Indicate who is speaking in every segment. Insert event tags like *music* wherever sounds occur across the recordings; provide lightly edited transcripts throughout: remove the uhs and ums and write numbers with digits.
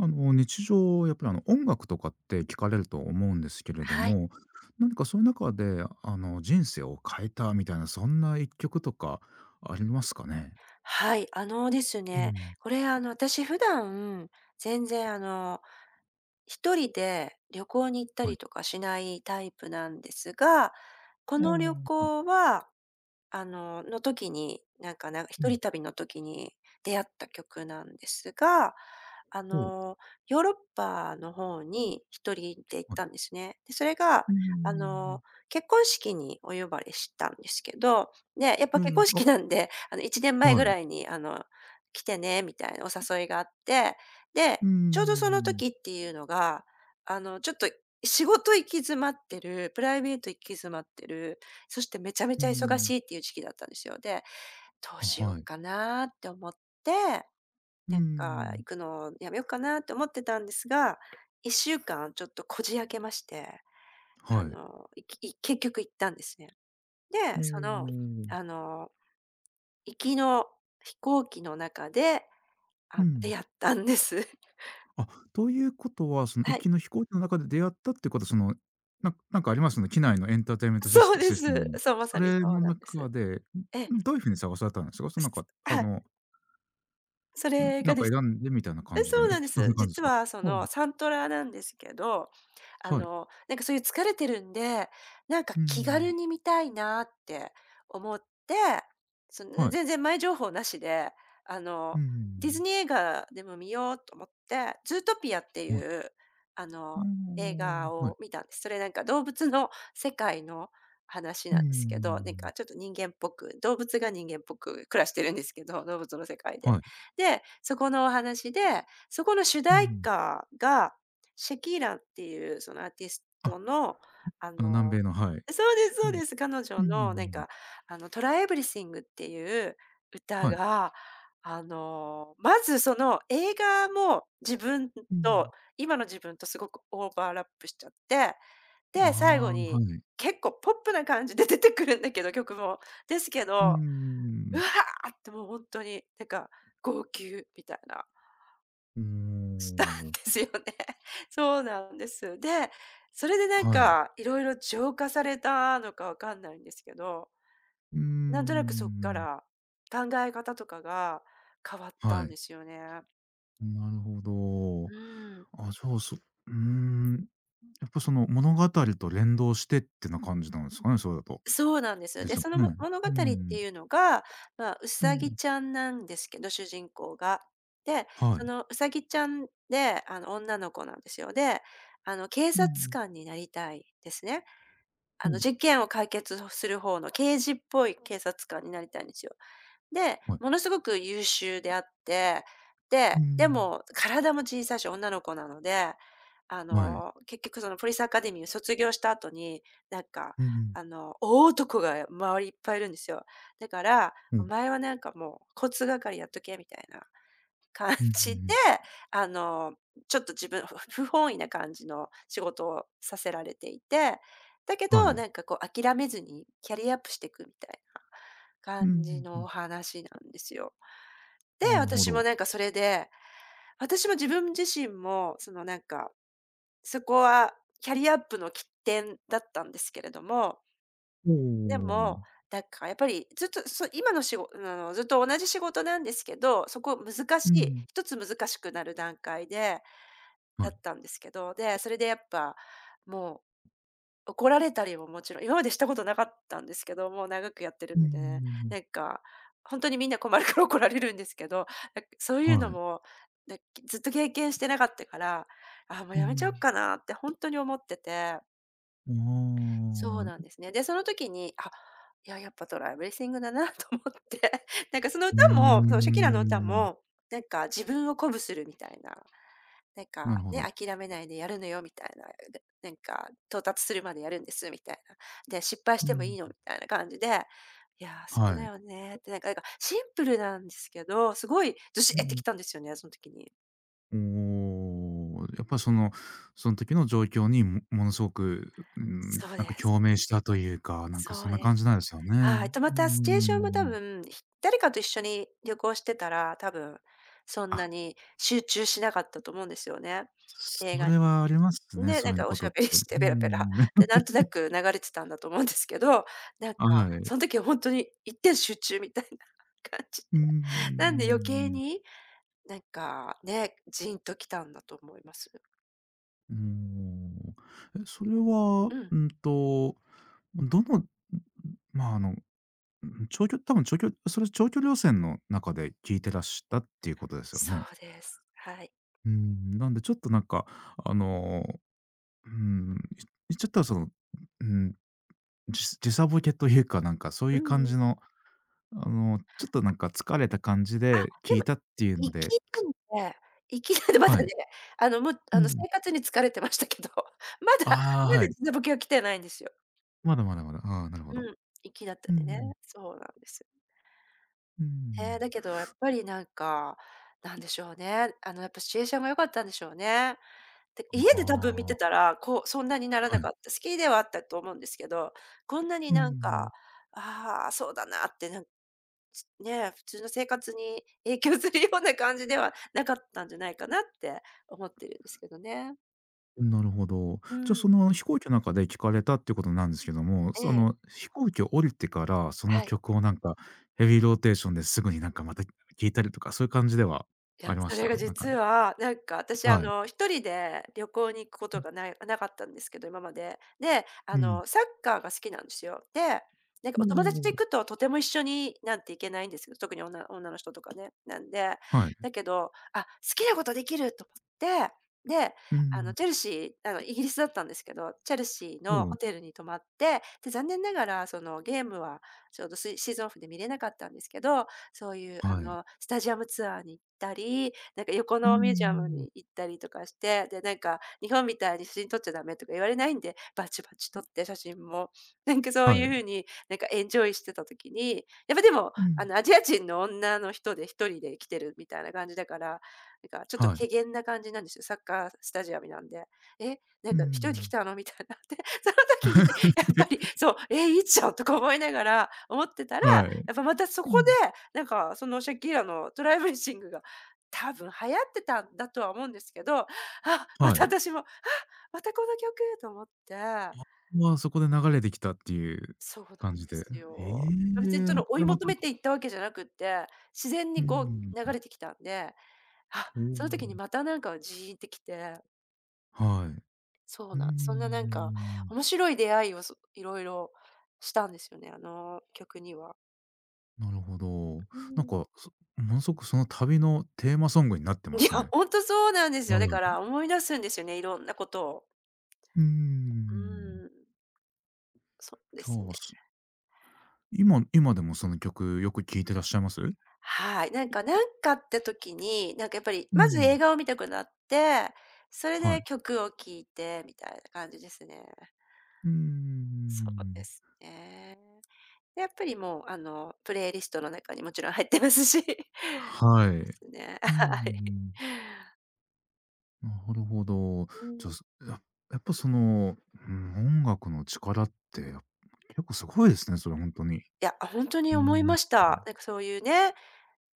Speaker 1: 日常やっぱり、音楽とかって聞かれると思うんですけれど
Speaker 2: はい。
Speaker 1: も、何かそういう中で、人生を変えたみたいなそんな一曲とかありますかね？
Speaker 2: はい、あのです
Speaker 1: う
Speaker 2: ね、
Speaker 1: ん。
Speaker 2: これ私普段、全然一人で旅行に行った
Speaker 1: はい。
Speaker 2: りとかしないタイプなんですが、こ
Speaker 1: ああ、
Speaker 2: の旅
Speaker 1: はい。
Speaker 2: 行はあの、の時に、なんか、
Speaker 1: う
Speaker 2: 一
Speaker 1: ん。
Speaker 2: 人旅の時に出会った曲なんですが、あ
Speaker 1: ほう。
Speaker 2: の、ヨーロッパの方に一人で行っ
Speaker 1: は
Speaker 2: たん
Speaker 1: い。
Speaker 2: ですね。で、それが、
Speaker 1: うー
Speaker 2: あ
Speaker 1: ん。
Speaker 2: の、結婚式にお呼ばれしたんですけど、で、やっ
Speaker 1: え
Speaker 2: ぱ結
Speaker 1: え、
Speaker 2: 婚
Speaker 1: あ、
Speaker 2: 式なんで、1年前
Speaker 1: は
Speaker 2: ぐ
Speaker 1: い。
Speaker 2: らいに、来てねみたいなお誘いがあって、で、
Speaker 1: うー
Speaker 2: ちょうどその
Speaker 1: ん。
Speaker 2: 時っていうのが、ちょっと仕事行き詰まってる、プライベート行き詰まってる、そしてめちゃめ
Speaker 1: うー
Speaker 2: ちゃ忙
Speaker 1: ん。
Speaker 2: しいっていう時期だったんですよ。で、どう
Speaker 1: あ、
Speaker 2: しよ
Speaker 1: は
Speaker 2: う
Speaker 1: い。
Speaker 2: かなって思って、
Speaker 1: うー
Speaker 2: なんか
Speaker 1: ん。
Speaker 2: 行くのをやめようかなって思ってたんですが、1週間ちょっとこじ開けまして、
Speaker 1: は
Speaker 2: あ
Speaker 1: い。
Speaker 2: の、いきい結局行ったんですね。で、
Speaker 1: お
Speaker 2: その、
Speaker 1: お。
Speaker 2: あの、行きの飛行機の中で、
Speaker 1: うん。
Speaker 2: 出会ったんです。*laughs*
Speaker 1: あ、ということは、その行
Speaker 2: は
Speaker 1: き
Speaker 2: い。
Speaker 1: の飛行機の中で出会ったってことは、なんかあります？ね、機内のエンターテインメントシス
Speaker 2: そう
Speaker 1: テ
Speaker 2: で
Speaker 1: シス
Speaker 2: す。
Speaker 1: テムの。
Speaker 2: そう、ま
Speaker 1: そ
Speaker 2: さに
Speaker 1: れ
Speaker 2: そう
Speaker 1: の
Speaker 2: なんで
Speaker 1: 中
Speaker 2: す。
Speaker 1: で、
Speaker 2: ええ、
Speaker 1: どういう風に探されたんですか？そのなんか、
Speaker 2: はい。それがです
Speaker 1: 選んでみたいな感じで、*laughs*
Speaker 2: そ
Speaker 1: え、
Speaker 2: うなんで
Speaker 1: そん
Speaker 2: す。
Speaker 1: な感じで
Speaker 2: 実
Speaker 1: すか？
Speaker 2: はそ
Speaker 1: うん。
Speaker 2: のサントラなんですけど、
Speaker 1: はい。
Speaker 2: なんかそういう疲れてるんで、なんか
Speaker 1: う
Speaker 2: 気軽
Speaker 1: ん。
Speaker 2: に見たいなって思って、その
Speaker 1: はい。
Speaker 2: 全然前情報なしで、あ
Speaker 1: う
Speaker 2: の、ディズ
Speaker 1: ん。
Speaker 2: ニー映画でも見ようと思って、ズートピアって
Speaker 1: は
Speaker 2: い
Speaker 1: い。
Speaker 2: う、あ
Speaker 1: あ
Speaker 2: の、映画
Speaker 1: あ、はい。
Speaker 2: を見たんです。それなんか動物の世界の話
Speaker 1: う
Speaker 2: なんですけど、
Speaker 1: ん。
Speaker 2: なんかちょっと人間っぽく、動物が人間っぽく暮らしてるんですけど、動物の世界で。
Speaker 1: はい。
Speaker 2: で、そこのお話で、そこの主
Speaker 1: う
Speaker 2: 題
Speaker 1: ん。
Speaker 2: 歌が、シャキーラっていうそのアーティス
Speaker 1: あ、
Speaker 2: トの、あ
Speaker 1: あの
Speaker 2: の
Speaker 1: 南米の、はい。
Speaker 2: そうです
Speaker 1: う
Speaker 2: そう
Speaker 1: ん。
Speaker 2: です。彼
Speaker 1: う
Speaker 2: 女
Speaker 1: んうんうんう
Speaker 2: のなん
Speaker 1: ん。
Speaker 2: か、Try Everything っていう歌
Speaker 1: はい。
Speaker 2: が、まずその映画も自分
Speaker 1: う
Speaker 2: と、
Speaker 1: ん。
Speaker 2: 今の自分とすごくオーバーラップしちゃって、で、最後
Speaker 1: ああ、は
Speaker 2: に
Speaker 1: い。
Speaker 2: 結構ポップな感じで出てくるんだけど、曲も。ですけ
Speaker 1: うん
Speaker 2: ど、
Speaker 1: うん。
Speaker 2: う
Speaker 1: は
Speaker 2: わ
Speaker 1: い。
Speaker 2: ってもうほんとに、なんか号泣みたいな。
Speaker 1: うん。ああ、はい。うん。うう
Speaker 2: したん
Speaker 1: ん。うーん。
Speaker 2: ですよね。*laughs* そうなんです。で、それでなん
Speaker 1: はい。
Speaker 2: かいろいろ浄化されたのかわかんないんですけど、
Speaker 1: うー
Speaker 2: なんとなくそっか
Speaker 1: ん。
Speaker 2: ら考え方とかが変わった
Speaker 1: は
Speaker 2: ん
Speaker 1: い。
Speaker 2: ですよね。
Speaker 1: なるほど。
Speaker 2: うん。
Speaker 1: あ、じゃあ、そうーん、やっぱその物語と連動してってな感じなんですかね、それだと。
Speaker 2: そうなんです。
Speaker 1: です
Speaker 2: で、
Speaker 1: よ
Speaker 2: そのも
Speaker 1: ね。
Speaker 2: 物語
Speaker 1: う
Speaker 2: っ
Speaker 1: ん。
Speaker 2: ていうのが、まあ、う
Speaker 1: う
Speaker 2: さぎ
Speaker 1: ん。
Speaker 2: ちゃんなんですけど、主人公が。で、
Speaker 1: は
Speaker 2: そ
Speaker 1: い。
Speaker 2: のうさぎちゃんで、女の子なんですよ。で、警
Speaker 1: う
Speaker 2: 察
Speaker 1: ん。
Speaker 2: 官になりたいですね。
Speaker 1: うん。
Speaker 2: 事件を解決する方の刑事っぽい警察官になりたいんですよ。で、
Speaker 1: はい。
Speaker 2: ものすごく優秀であって、で、
Speaker 1: う
Speaker 2: で
Speaker 1: ん。
Speaker 2: も体も小さいし女の子なので、
Speaker 1: はい。
Speaker 2: 結局そのポリスアカデミーを卒業した後に、なんか、
Speaker 1: うん。
Speaker 2: 大男が周りいっぱいいるんですよ。だから、
Speaker 1: う
Speaker 2: 「お
Speaker 1: ん。
Speaker 2: 前はなんかもう交通係やっとけ」みたいな感
Speaker 1: う
Speaker 2: じで、
Speaker 1: ん。
Speaker 2: あの、ちょっと自分、*laughs* 不本意な感じの仕事をさせられていて、だけ
Speaker 1: は
Speaker 2: ど、
Speaker 1: い。
Speaker 2: なんかこう諦めずにキャリアアップしていくみたいな
Speaker 1: う
Speaker 2: 感じ
Speaker 1: ん。
Speaker 2: のお話なんですよ。で、
Speaker 1: うん。なるほ
Speaker 2: 私も
Speaker 1: ど。
Speaker 2: なんかそれで、私も自分自身も、そのなんか、そこはキャリアアップの起点だったんですけれども、
Speaker 1: お
Speaker 2: で
Speaker 1: お。
Speaker 2: も、なんかやっぱりずっと、そう今の仕事ずっと同じ仕事なんですけど、そこ難
Speaker 1: う
Speaker 2: しい、
Speaker 1: ん。
Speaker 2: 一つ難しくなる段階で
Speaker 1: は
Speaker 2: だっ
Speaker 1: い。
Speaker 2: たんですけど、で、それでやっぱ、もう怒られたりももちろん、今までしたことなかったんですけど、もう長くやって
Speaker 1: う
Speaker 2: るので、
Speaker 1: ん。
Speaker 2: なんか、ほんとにみんな困るから怒られるんですけど、なんかそういうの
Speaker 1: はい。
Speaker 2: も、なんずっと経験してなかったから、ああ、もう
Speaker 1: う
Speaker 2: やめちゃおっ
Speaker 1: ん。
Speaker 2: かなってほんとに思ってて。
Speaker 1: あ
Speaker 2: そうなん
Speaker 1: あ、
Speaker 2: ですね。で、その時に、あ、いや、やっぱトライブレスイングだな *laughs* と思って、*laughs* なんかその
Speaker 1: うー
Speaker 2: 歌も、そのシャキラの歌
Speaker 1: ん、
Speaker 2: も、なんか自分を鼓舞するみたいな、なんか
Speaker 1: なるほ
Speaker 2: ね、
Speaker 1: ど。
Speaker 2: 諦めないでやるのよみたいな、でなんか到達するまでやるんですみたいな。で、失敗し
Speaker 1: う
Speaker 2: てもいい
Speaker 1: ん。
Speaker 2: のみたいな感じで、いやー、そ
Speaker 1: は
Speaker 2: うだ
Speaker 1: い。
Speaker 2: よねって、なんかシンプルなんですけど、すごいずし
Speaker 1: う
Speaker 2: って
Speaker 1: ん。
Speaker 2: きたんですよね、その時に。
Speaker 1: おお、やっぱりその、その時の状況に、ものすごく、うん、
Speaker 2: そう
Speaker 1: なん
Speaker 2: で
Speaker 1: か
Speaker 2: す。
Speaker 1: 共鳴したというか、なんかそ
Speaker 2: そ
Speaker 1: ん
Speaker 2: う
Speaker 1: な
Speaker 2: で
Speaker 1: 感じ
Speaker 2: す。
Speaker 1: なんですよね。
Speaker 2: はい。と、ま
Speaker 1: う
Speaker 2: たシチュエーションも多
Speaker 1: ん。
Speaker 2: 分、誰かと一緒に旅行してたら、多分そんな
Speaker 1: あ、
Speaker 2: に集中しなかったと思うんですよね。映
Speaker 1: そ
Speaker 2: 画
Speaker 1: れはありますね、
Speaker 2: で、
Speaker 1: そ
Speaker 2: な
Speaker 1: うい
Speaker 2: ん
Speaker 1: うの
Speaker 2: かお
Speaker 1: こ
Speaker 2: し
Speaker 1: とっ
Speaker 2: ゃ
Speaker 1: て。
Speaker 2: べりして
Speaker 1: う
Speaker 2: ペラペラ。
Speaker 1: ん。
Speaker 2: で、な
Speaker 1: *laughs*
Speaker 2: んとなく流れてたんだと思うんですけど、なんか
Speaker 1: はい。
Speaker 2: そん時はほんとに一点集中みたいな感じ。
Speaker 1: うー
Speaker 2: *laughs* なんで余計
Speaker 1: ん。
Speaker 2: に、なんかね、ジーンときたんだと思います。
Speaker 1: うーん。え、それは、
Speaker 2: うん、
Speaker 1: うんと、どの、まあ、あの、長距離多分長距離それ長距離路線の中で聞いてらしたっていうことですよ
Speaker 2: そ
Speaker 1: ね？
Speaker 2: うです。はい。
Speaker 1: うん、なんでちょっとなんか、あの、うーん、言っちゃったらその、うーん、時差ボケというか、なんかそう
Speaker 2: う
Speaker 1: いう
Speaker 2: ん
Speaker 1: 感
Speaker 2: うん。
Speaker 1: じの、あの、ちょっとなんか疲れた感じ
Speaker 2: あ、
Speaker 1: で
Speaker 2: で
Speaker 1: 聞い
Speaker 2: も
Speaker 1: たっていうの
Speaker 2: 行
Speaker 1: で、
Speaker 2: きなんで行きなんでまだ
Speaker 1: は
Speaker 2: ね、
Speaker 1: い。
Speaker 2: もう、
Speaker 1: うん。
Speaker 2: 生活に疲れてましたけど、*laughs* まだ
Speaker 1: ああ、
Speaker 2: ま
Speaker 1: は
Speaker 2: だ
Speaker 1: い。
Speaker 2: 時差ボケは来てないんですよ。
Speaker 1: まだまだまだ。ああ、なるほ
Speaker 2: う
Speaker 1: ど。
Speaker 2: ん、行きだっ
Speaker 1: う
Speaker 2: た
Speaker 1: ん
Speaker 2: ん
Speaker 1: う
Speaker 2: でね、
Speaker 1: ん。
Speaker 2: そうなんですよ。
Speaker 1: うーん。
Speaker 2: だけどやっぱりなんか、なんでしょうね、やっぱシチュエーションが良かったんでしょうね。で、家で多分見て
Speaker 1: あ
Speaker 2: たら、こう、そんなになら
Speaker 1: あ、
Speaker 2: な
Speaker 1: はい。
Speaker 2: かった、好きではあったと思うんですけど、こんなに
Speaker 1: う
Speaker 2: なん
Speaker 1: ん。
Speaker 2: か、ああ、そうだなってなんつね、普通の生活に影響するような感じではなかったんじゃないかなって思ってるんですけどね。
Speaker 1: なるほど。
Speaker 2: う
Speaker 1: じゃ、あそ
Speaker 2: ん。
Speaker 1: の飛行機の中で聞かれたってことなんですけども、
Speaker 2: え
Speaker 1: そ
Speaker 2: え、
Speaker 1: の飛行機を降りてから、その
Speaker 2: はい。
Speaker 1: 曲をなんかヘビーローテーションですぐになんかまた聞いたりとか、そういう感じでは
Speaker 2: い
Speaker 1: あ
Speaker 2: や、
Speaker 1: りま
Speaker 2: そ
Speaker 1: し
Speaker 2: れが
Speaker 1: た？なんか、
Speaker 2: 実は、なんか私
Speaker 1: はい。
Speaker 2: 一人で旅行に行くことがないなかったんですけど、今まで。で、
Speaker 1: うん。
Speaker 2: サッカーが好きなんですよ。で、なんか
Speaker 1: お
Speaker 2: お友達と行
Speaker 1: お。
Speaker 2: くととても一緒になんて行けないんですけど、特に女の人とかね、なんで。
Speaker 1: はい。
Speaker 2: だけど、あ、好きなことできると思って、で、
Speaker 1: うん。
Speaker 2: チェルシー、イギリスだったんですけど、チェルシー
Speaker 1: お
Speaker 2: のホ
Speaker 1: お、
Speaker 2: テルに泊まって、で、残念ながらそのゲームはちょうどシーズンオフで見れなかったんですけど、そういう
Speaker 1: はい。
Speaker 2: スタジアムツアーに行ったり、なんか横
Speaker 1: うー
Speaker 2: のミュージアム
Speaker 1: ん。
Speaker 2: に行ったりとかして、で、なんか日本みたいに写真撮っちゃダメとか言われないんで、バチバチ撮って写真も。*laughs* なんかそう
Speaker 1: は
Speaker 2: いう
Speaker 1: い。
Speaker 2: 風に、なんかエンジョイしてた時に、やっぱでも、
Speaker 1: うん。
Speaker 2: アジア人の女の人で一人で来てるみたいな感じだから、なんかちょっと
Speaker 1: はい。
Speaker 2: 怪訝な感じなんですよ。サッカースタジアムなんで。「え、なん
Speaker 1: う
Speaker 2: か一人で来
Speaker 1: ん。
Speaker 2: たの？」みたいな。で、*laughs* その時にやっぱり
Speaker 1: *laughs*
Speaker 2: そう、「え、いいじゃん」とか思いながら思ってたら、
Speaker 1: はい。
Speaker 2: やっぱまたそ
Speaker 1: う
Speaker 2: こで
Speaker 1: ん。
Speaker 2: なんか、そのシャキーラのトライブレッシングが多分流行ってたんだとは思うんですけど、あ、
Speaker 1: は
Speaker 2: また
Speaker 1: い。
Speaker 2: 私も、あ、またこの曲と思って、
Speaker 1: まあ、そこで流れてきたっていう
Speaker 2: そうな
Speaker 1: 感
Speaker 2: ん
Speaker 1: じ
Speaker 2: で
Speaker 1: で。
Speaker 2: す
Speaker 1: え
Speaker 2: よ。ま別に
Speaker 1: え、
Speaker 2: その
Speaker 1: こ
Speaker 2: 追い
Speaker 1: れま
Speaker 2: 求
Speaker 1: た、
Speaker 2: めていったわけじゃなくって、自然
Speaker 1: う
Speaker 2: にこう
Speaker 1: ん。
Speaker 2: 流れてきたんで、あ、
Speaker 1: お
Speaker 2: その時に
Speaker 1: お。
Speaker 2: またなんかジーンってきて、
Speaker 1: はい。
Speaker 2: そう
Speaker 1: うー
Speaker 2: なんそんななんか
Speaker 1: ん、
Speaker 2: 面白い出会いをいろいろしたんですよね、あの曲には。
Speaker 1: なるほど。
Speaker 2: う
Speaker 1: なん
Speaker 2: ん。
Speaker 1: か、ものすごくその旅のテーマソングになってま
Speaker 2: い
Speaker 1: す
Speaker 2: や、
Speaker 1: ね。
Speaker 2: ほんとそうなんです
Speaker 1: は
Speaker 2: よ。だか
Speaker 1: い。
Speaker 2: ら思い出すんですよね、いろんなことを。
Speaker 1: うー
Speaker 2: う
Speaker 1: ん。
Speaker 2: ーん、そうで
Speaker 1: じ
Speaker 2: すね。
Speaker 1: ゃあ、今でもその曲よく聴いてらっしゃいます？
Speaker 2: はい。なんか、なんかって時に、なんかやっぱり、
Speaker 1: う
Speaker 2: まず
Speaker 1: ん。
Speaker 2: 映画を見たくなって、それ
Speaker 1: は
Speaker 2: で
Speaker 1: い。
Speaker 2: 曲を聴いてみたいな感じですね。
Speaker 1: うー
Speaker 2: そうで
Speaker 1: ん。
Speaker 2: すね。で、やっぱりもう、プレイリストの中にもちろん入ってますし。*laughs* で
Speaker 1: はい。
Speaker 2: すね。*laughs*
Speaker 1: うん。
Speaker 2: はい。
Speaker 1: ん。なるほど。
Speaker 2: うん。
Speaker 1: じゃあ、やっぱその、うん、音楽の力って、結構すごいですね、それほんとに。
Speaker 2: いや、本当に
Speaker 1: うー
Speaker 2: 思い
Speaker 1: ん。
Speaker 2: ました。なんかそういうね、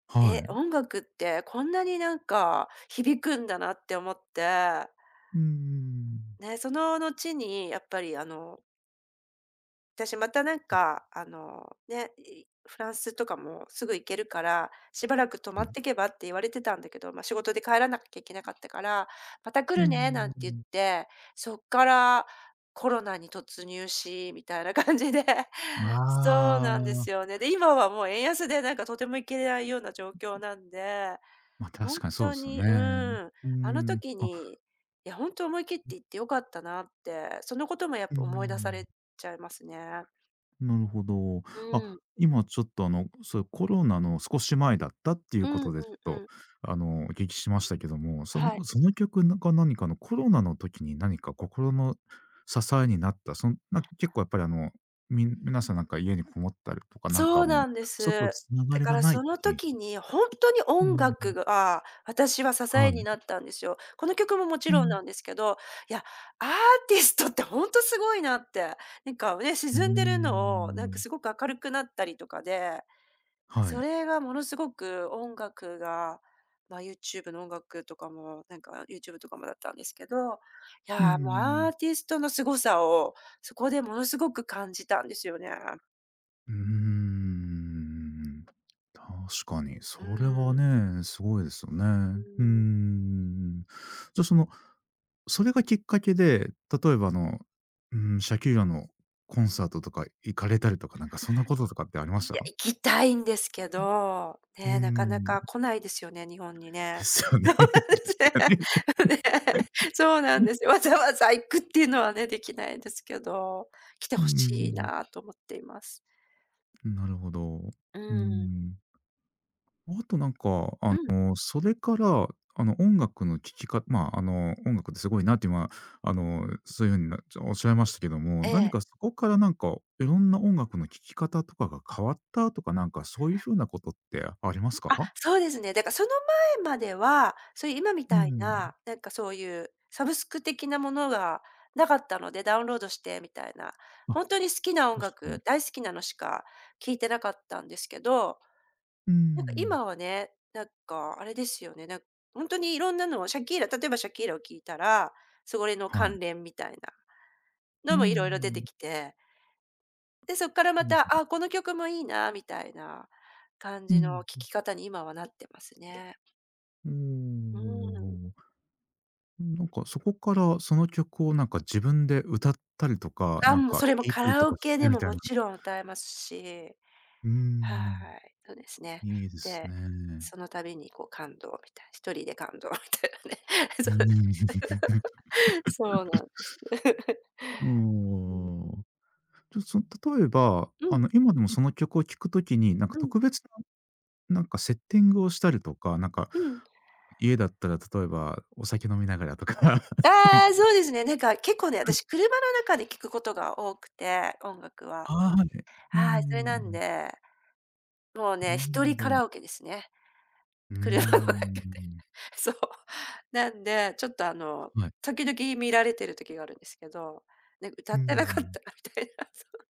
Speaker 1: は
Speaker 2: え、
Speaker 1: い。
Speaker 2: 音楽ってこんなになんか響くんだなって思って、
Speaker 1: ううん。
Speaker 2: ね、その後にやっぱりあの私またなんか、あの、ね、フランスとかもすぐ行けるから、しばらく泊
Speaker 1: は
Speaker 2: ま
Speaker 1: い。
Speaker 2: ってけばって言われてたんだけど、ま、仕事で帰らなきゃいけなかったから、また来
Speaker 1: う
Speaker 2: るねなんて言っ
Speaker 1: ん。
Speaker 2: て、そっからコロナに突入し、みたいな感じで。*laughs* そう
Speaker 1: あ
Speaker 2: なんです
Speaker 1: あ、
Speaker 2: よね。で、今はもう円安でなんかとても行けないような状況なんで、
Speaker 1: ま、
Speaker 2: ほ
Speaker 1: 確
Speaker 2: ん
Speaker 1: かにそうで
Speaker 2: と
Speaker 1: すよ
Speaker 2: に、う
Speaker 1: ね。
Speaker 2: ん、
Speaker 1: う
Speaker 2: あの
Speaker 1: ん、
Speaker 2: 時
Speaker 1: あ、
Speaker 2: に、いやほんと思い切って行って良かったなって、そのこともやっ
Speaker 1: う
Speaker 2: ぱ思い出さ
Speaker 1: ん、
Speaker 2: れちゃいますね。
Speaker 1: なるほど。あ、
Speaker 2: うん。
Speaker 1: 今ちょっとあの、そうコロナの少し前だったっていう
Speaker 2: う
Speaker 1: こ
Speaker 2: んう
Speaker 1: と
Speaker 2: ん
Speaker 1: でちょっ
Speaker 2: う
Speaker 1: と、
Speaker 2: ん。
Speaker 1: あの、お聞きしましたけども、そ
Speaker 2: はい。
Speaker 1: のその曲な何かの、コロナの時に何か心の支えになった、そんな結構やっぱりあの、皆さんなんか家にこもったりとか、なん
Speaker 2: そ
Speaker 1: か
Speaker 2: う
Speaker 1: もう、
Speaker 2: なんで
Speaker 1: 外
Speaker 2: す。
Speaker 1: つなが
Speaker 2: だ
Speaker 1: り
Speaker 2: か
Speaker 1: が
Speaker 2: ら
Speaker 1: ないっ
Speaker 2: その
Speaker 1: ていう、
Speaker 2: 時にほんとに
Speaker 1: う
Speaker 2: 音
Speaker 1: ん、
Speaker 2: 楽が私は支
Speaker 1: は
Speaker 2: えに
Speaker 1: い。
Speaker 2: なったんですよ。この曲ももち
Speaker 1: う
Speaker 2: ろん
Speaker 1: ん。
Speaker 2: なんですけど、いや、アーティストってほんとすごいなって。なんかね、
Speaker 1: うー
Speaker 2: 沈んでるのをなんか
Speaker 1: ん、
Speaker 2: すごく明るくなったりとかで
Speaker 1: は
Speaker 2: そ
Speaker 1: い。
Speaker 2: れがものすごく音楽が、まあ、YouTube の音楽とかも、なんか YouTube とかもだったんですけど、い
Speaker 1: う
Speaker 2: やー、もうア
Speaker 1: ん。
Speaker 2: ーティストの凄さを、そこでものすごく感じたんですよね。
Speaker 1: うーん。確かに、
Speaker 2: う
Speaker 1: それは
Speaker 2: ん。う
Speaker 1: ね、すごいですよね。うー
Speaker 2: ん。
Speaker 1: ん。じゃあ、その、それがきっかけで、例えばあの、うん、シャキーラのコンサートとか行かれたりとか、なんかそんなこととかってありまし
Speaker 2: いや、
Speaker 1: た？
Speaker 2: 行きたいんですけど、
Speaker 1: うー
Speaker 2: ね、なかな
Speaker 1: ん。
Speaker 2: か来ないですよね、日本に
Speaker 1: で
Speaker 2: ね。
Speaker 1: すよね、
Speaker 2: *laughs* そうなんです
Speaker 1: *laughs* 確かに。
Speaker 2: ね。*laughs* ね。そうなんですよ。わざわざ行くっていうのはね、できないんですけど、来て
Speaker 1: うー
Speaker 2: ほしい
Speaker 1: ん。
Speaker 2: なと思っています。
Speaker 1: なるほど。う
Speaker 2: う
Speaker 1: ー
Speaker 2: ん。
Speaker 1: ん。あとなんか、あ
Speaker 2: うん。
Speaker 1: の、それから、あの、音楽の聴き方、まあ、あの、音楽ってすごいなって今、あの、そういうふうにおっしゃいましたけども、
Speaker 2: え
Speaker 1: 何かそ
Speaker 2: え。
Speaker 1: こからなんか、いろんな音楽の聴き方とかが変わったとか、なんかそういうふうなことってあります
Speaker 2: あ、
Speaker 1: か？
Speaker 2: そうですね。だからその前までは、そういう今み
Speaker 1: う
Speaker 2: たい
Speaker 1: ん。
Speaker 2: な、なんかそういうサブスク的なものがなかったので、ダウンロードしてみたいな、
Speaker 1: あ、
Speaker 2: ほんとに好きな音
Speaker 1: 確かに。
Speaker 2: 楽、大好きなのしか聴いてなかったんですけど、
Speaker 1: う
Speaker 2: なんか
Speaker 1: ん。
Speaker 2: 今はね、なんかあれですよね、ほんとにいろんなのをシャキーラ例えばシャキーラを聴いたら、それの
Speaker 1: は
Speaker 2: 関
Speaker 1: い。
Speaker 2: 連みたいな
Speaker 1: う
Speaker 2: のもいろいろ出
Speaker 1: ん。
Speaker 2: てきて、で、そっから
Speaker 1: う
Speaker 2: ま
Speaker 1: ん
Speaker 2: た、あ、この曲もいいなみたいな感
Speaker 1: う
Speaker 2: じの
Speaker 1: ん。
Speaker 2: 聴き方に今はなってますね。う
Speaker 1: お
Speaker 2: ーん。
Speaker 1: ー、なんかそこから、その曲をなんか自分で歌ったりとか、
Speaker 2: あ、
Speaker 1: なん
Speaker 2: もう
Speaker 1: か
Speaker 2: それも
Speaker 1: 弾い
Speaker 2: カ
Speaker 1: たりと
Speaker 2: ラオ
Speaker 1: かし
Speaker 2: ケ
Speaker 1: て
Speaker 2: で
Speaker 1: み
Speaker 2: も
Speaker 1: たい
Speaker 2: も
Speaker 1: な。
Speaker 2: ちろん歌えますし、
Speaker 1: うーん。
Speaker 2: はい、そうですね。
Speaker 1: いいです
Speaker 2: で、
Speaker 1: ね。
Speaker 2: その度にこう感動みたい、な一人で感動みたいなね。
Speaker 1: う
Speaker 2: *laughs* そ
Speaker 1: ん。
Speaker 2: うそうなんです。*laughs*
Speaker 1: *laughs* お
Speaker 2: うんうん。
Speaker 1: ー、じゃ、例えば、
Speaker 2: う
Speaker 1: あ
Speaker 2: ん、
Speaker 1: の、今でもその曲を聴くときに、なんか
Speaker 2: うん、
Speaker 1: 特別な、なんかセッティングをしたりとか、なんか、家だったら例えばお酒飲みながらとか。*laughs*
Speaker 2: ああ、そうですね。なんか結構ね、私車の中で聞くことが多くて、音楽は。
Speaker 1: ああ、はい。うー
Speaker 2: はい、それなん
Speaker 1: ん。
Speaker 2: で、もうね、
Speaker 1: なる
Speaker 2: 一
Speaker 1: ほ
Speaker 2: 人カ
Speaker 1: ど。
Speaker 2: ラオケですね。
Speaker 1: うー
Speaker 2: 車の中。*laughs*
Speaker 1: ん。
Speaker 2: そう。なんで、ちょっとあの、
Speaker 1: はい。
Speaker 2: 時々見られてる時があるんですけど、ね、歌
Speaker 1: う
Speaker 2: ってなかった
Speaker 1: ん。
Speaker 2: みたいな。*laughs* そう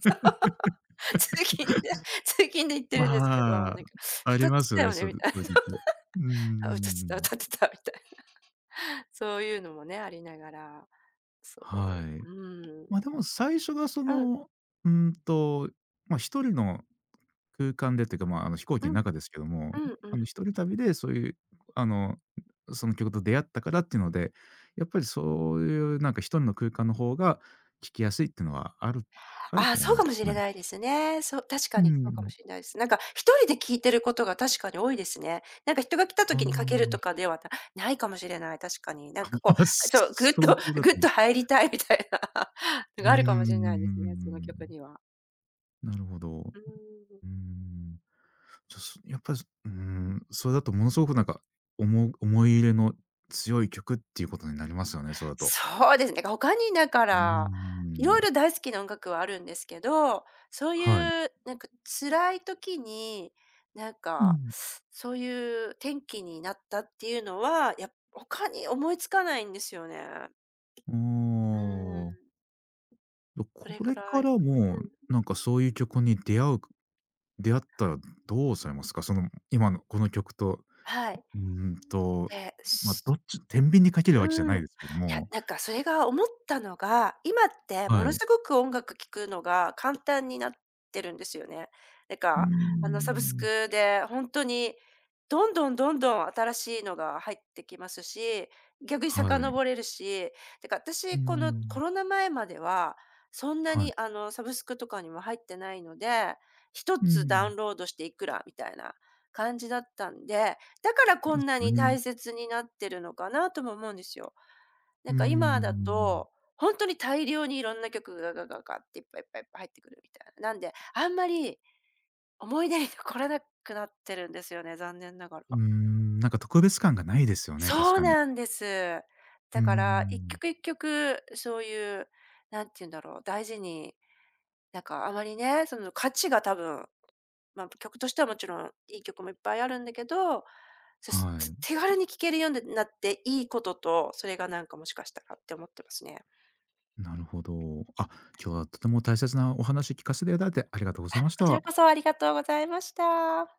Speaker 2: そ う。*laughs* 通勤で通勤で言ってるんですけ
Speaker 1: ま
Speaker 2: ど、な
Speaker 1: あ、
Speaker 2: んか
Speaker 1: あ
Speaker 2: 「歌
Speaker 1: り
Speaker 2: って
Speaker 1: ますよ
Speaker 2: た
Speaker 1: ね、
Speaker 2: よね」
Speaker 1: そうい
Speaker 2: み
Speaker 1: う
Speaker 2: たいな。
Speaker 1: 時って。
Speaker 2: *laughs*
Speaker 1: うー
Speaker 2: あ、歌ってた
Speaker 1: ん。
Speaker 2: 歌ってたみたいな。そういうのもね、ありながら、そ
Speaker 1: はい。
Speaker 2: う、うん。
Speaker 1: ま、あでも最初がそ
Speaker 2: うん、
Speaker 1: の、うーんと、ま、あ一人の空間でっていうか、まあ、あの、飛行機
Speaker 2: う
Speaker 1: の
Speaker 2: ん、
Speaker 1: 中ですけども、
Speaker 2: うんう
Speaker 1: あ
Speaker 2: ん。
Speaker 1: の、一人旅でそういう、あの、その曲と出会ったからっていうので、やっぱりそういうなんか一人の空間の方が聴きやすいっていうのはある、ある
Speaker 2: ああ、
Speaker 1: と思い
Speaker 2: そう
Speaker 1: ま
Speaker 2: か
Speaker 1: す。
Speaker 2: もし
Speaker 1: は
Speaker 2: れ
Speaker 1: い。
Speaker 2: ないですね。そう、確
Speaker 1: う
Speaker 2: かにそうかも
Speaker 1: ん。
Speaker 2: しれないです。なんか一人で聞いてることが確かに多いですね。なんか人が来た
Speaker 1: ああ、
Speaker 2: 時にかけるとかではないかもしれない、確かに。なんかこ
Speaker 1: *laughs*
Speaker 2: う、そう、ぐっ
Speaker 1: そういう
Speaker 2: と
Speaker 1: 曲
Speaker 2: *laughs*
Speaker 1: だ
Speaker 2: ぐっ
Speaker 1: と。
Speaker 2: と入りたいみたいな *laughs* の
Speaker 1: うー
Speaker 2: があるかもしれないですね、その曲
Speaker 1: ん。
Speaker 2: には。
Speaker 1: なるほど。
Speaker 2: うん。
Speaker 1: うーん。ちょすやっぱり、うーん、それだとものすごくなんか、思い入れの強い曲っていうことになりますよね、それだと。
Speaker 2: そうですね。他にだか
Speaker 1: うー
Speaker 2: ら、いろい
Speaker 1: ん、
Speaker 2: ろ大好きな音楽はあるんですけど、そう
Speaker 1: はい。
Speaker 2: いうなんか辛い時に、なん
Speaker 1: う
Speaker 2: か、
Speaker 1: ん。
Speaker 2: そういう転機になったっていうのは、他に思いつかないんですよね。
Speaker 1: あ
Speaker 2: う
Speaker 1: あ、
Speaker 2: ん、それ
Speaker 1: こ
Speaker 2: ぐ
Speaker 1: れ
Speaker 2: ら
Speaker 1: か
Speaker 2: い
Speaker 1: らも、
Speaker 2: うん、
Speaker 1: なんかそういう曲に出会う、出会ったらどうされますか？その、今のこの曲と、
Speaker 2: はい。
Speaker 1: うーんと、
Speaker 2: で、
Speaker 1: ま、どっち天秤にかけるわけじゃ
Speaker 2: う
Speaker 1: な
Speaker 2: ん。
Speaker 1: い
Speaker 2: い
Speaker 1: ですけど
Speaker 2: や、
Speaker 1: も、
Speaker 2: なんかそれが思ったのが、今っても
Speaker 1: は
Speaker 2: の
Speaker 1: い。
Speaker 2: すごく音楽聴くのが簡単になってるんですよね。なん
Speaker 1: うー
Speaker 2: か、あの、サブス
Speaker 1: ん、
Speaker 2: クで本当にどんどんどんどん新しいのが入ってきますし、逆に
Speaker 1: はい。
Speaker 2: 遡れるし、てか
Speaker 1: うー
Speaker 2: 私この
Speaker 1: ん、
Speaker 2: コロナ前までは、そんな
Speaker 1: は
Speaker 2: にあ
Speaker 1: い。
Speaker 2: の、サブスクとかにも入ってないので、一
Speaker 1: う
Speaker 2: つダウ
Speaker 1: ん、
Speaker 2: ンロードしていくらみたいな感じだったんでだからこ
Speaker 1: で
Speaker 2: んな
Speaker 1: す
Speaker 2: に
Speaker 1: ね。
Speaker 2: 大切になってるのかなとも思うんですよ。
Speaker 1: う
Speaker 2: なん
Speaker 1: ー
Speaker 2: か今だ
Speaker 1: ん。
Speaker 2: と、本当に大量にいろんな曲がガガガガっていっぱいいっぱいいっぱい入ってくるみたいな。なんで、あんまり思い出に残らなくなってるんですよね、残念ながら。
Speaker 1: うーん、なんか特別感がないですよね、確
Speaker 2: そう
Speaker 1: かに。
Speaker 2: なんです。
Speaker 1: うー
Speaker 2: だから、一
Speaker 1: ん。
Speaker 2: 曲一曲そういう、なんて言うんだろう、大事に、なんかあまりね、その価値が多分、まあ、曲としてはもちろんいい曲もいっぱいあるんだけどそすつ
Speaker 1: は
Speaker 2: 手軽に聞けるようになっていいことと、それがなんかもしかしたらって思ってますね。
Speaker 1: い。なるほど。あ、今日はとても大切なお話聞かせていただいてありがとうございまし
Speaker 2: こちら
Speaker 1: た。
Speaker 2: こそありがとうございました。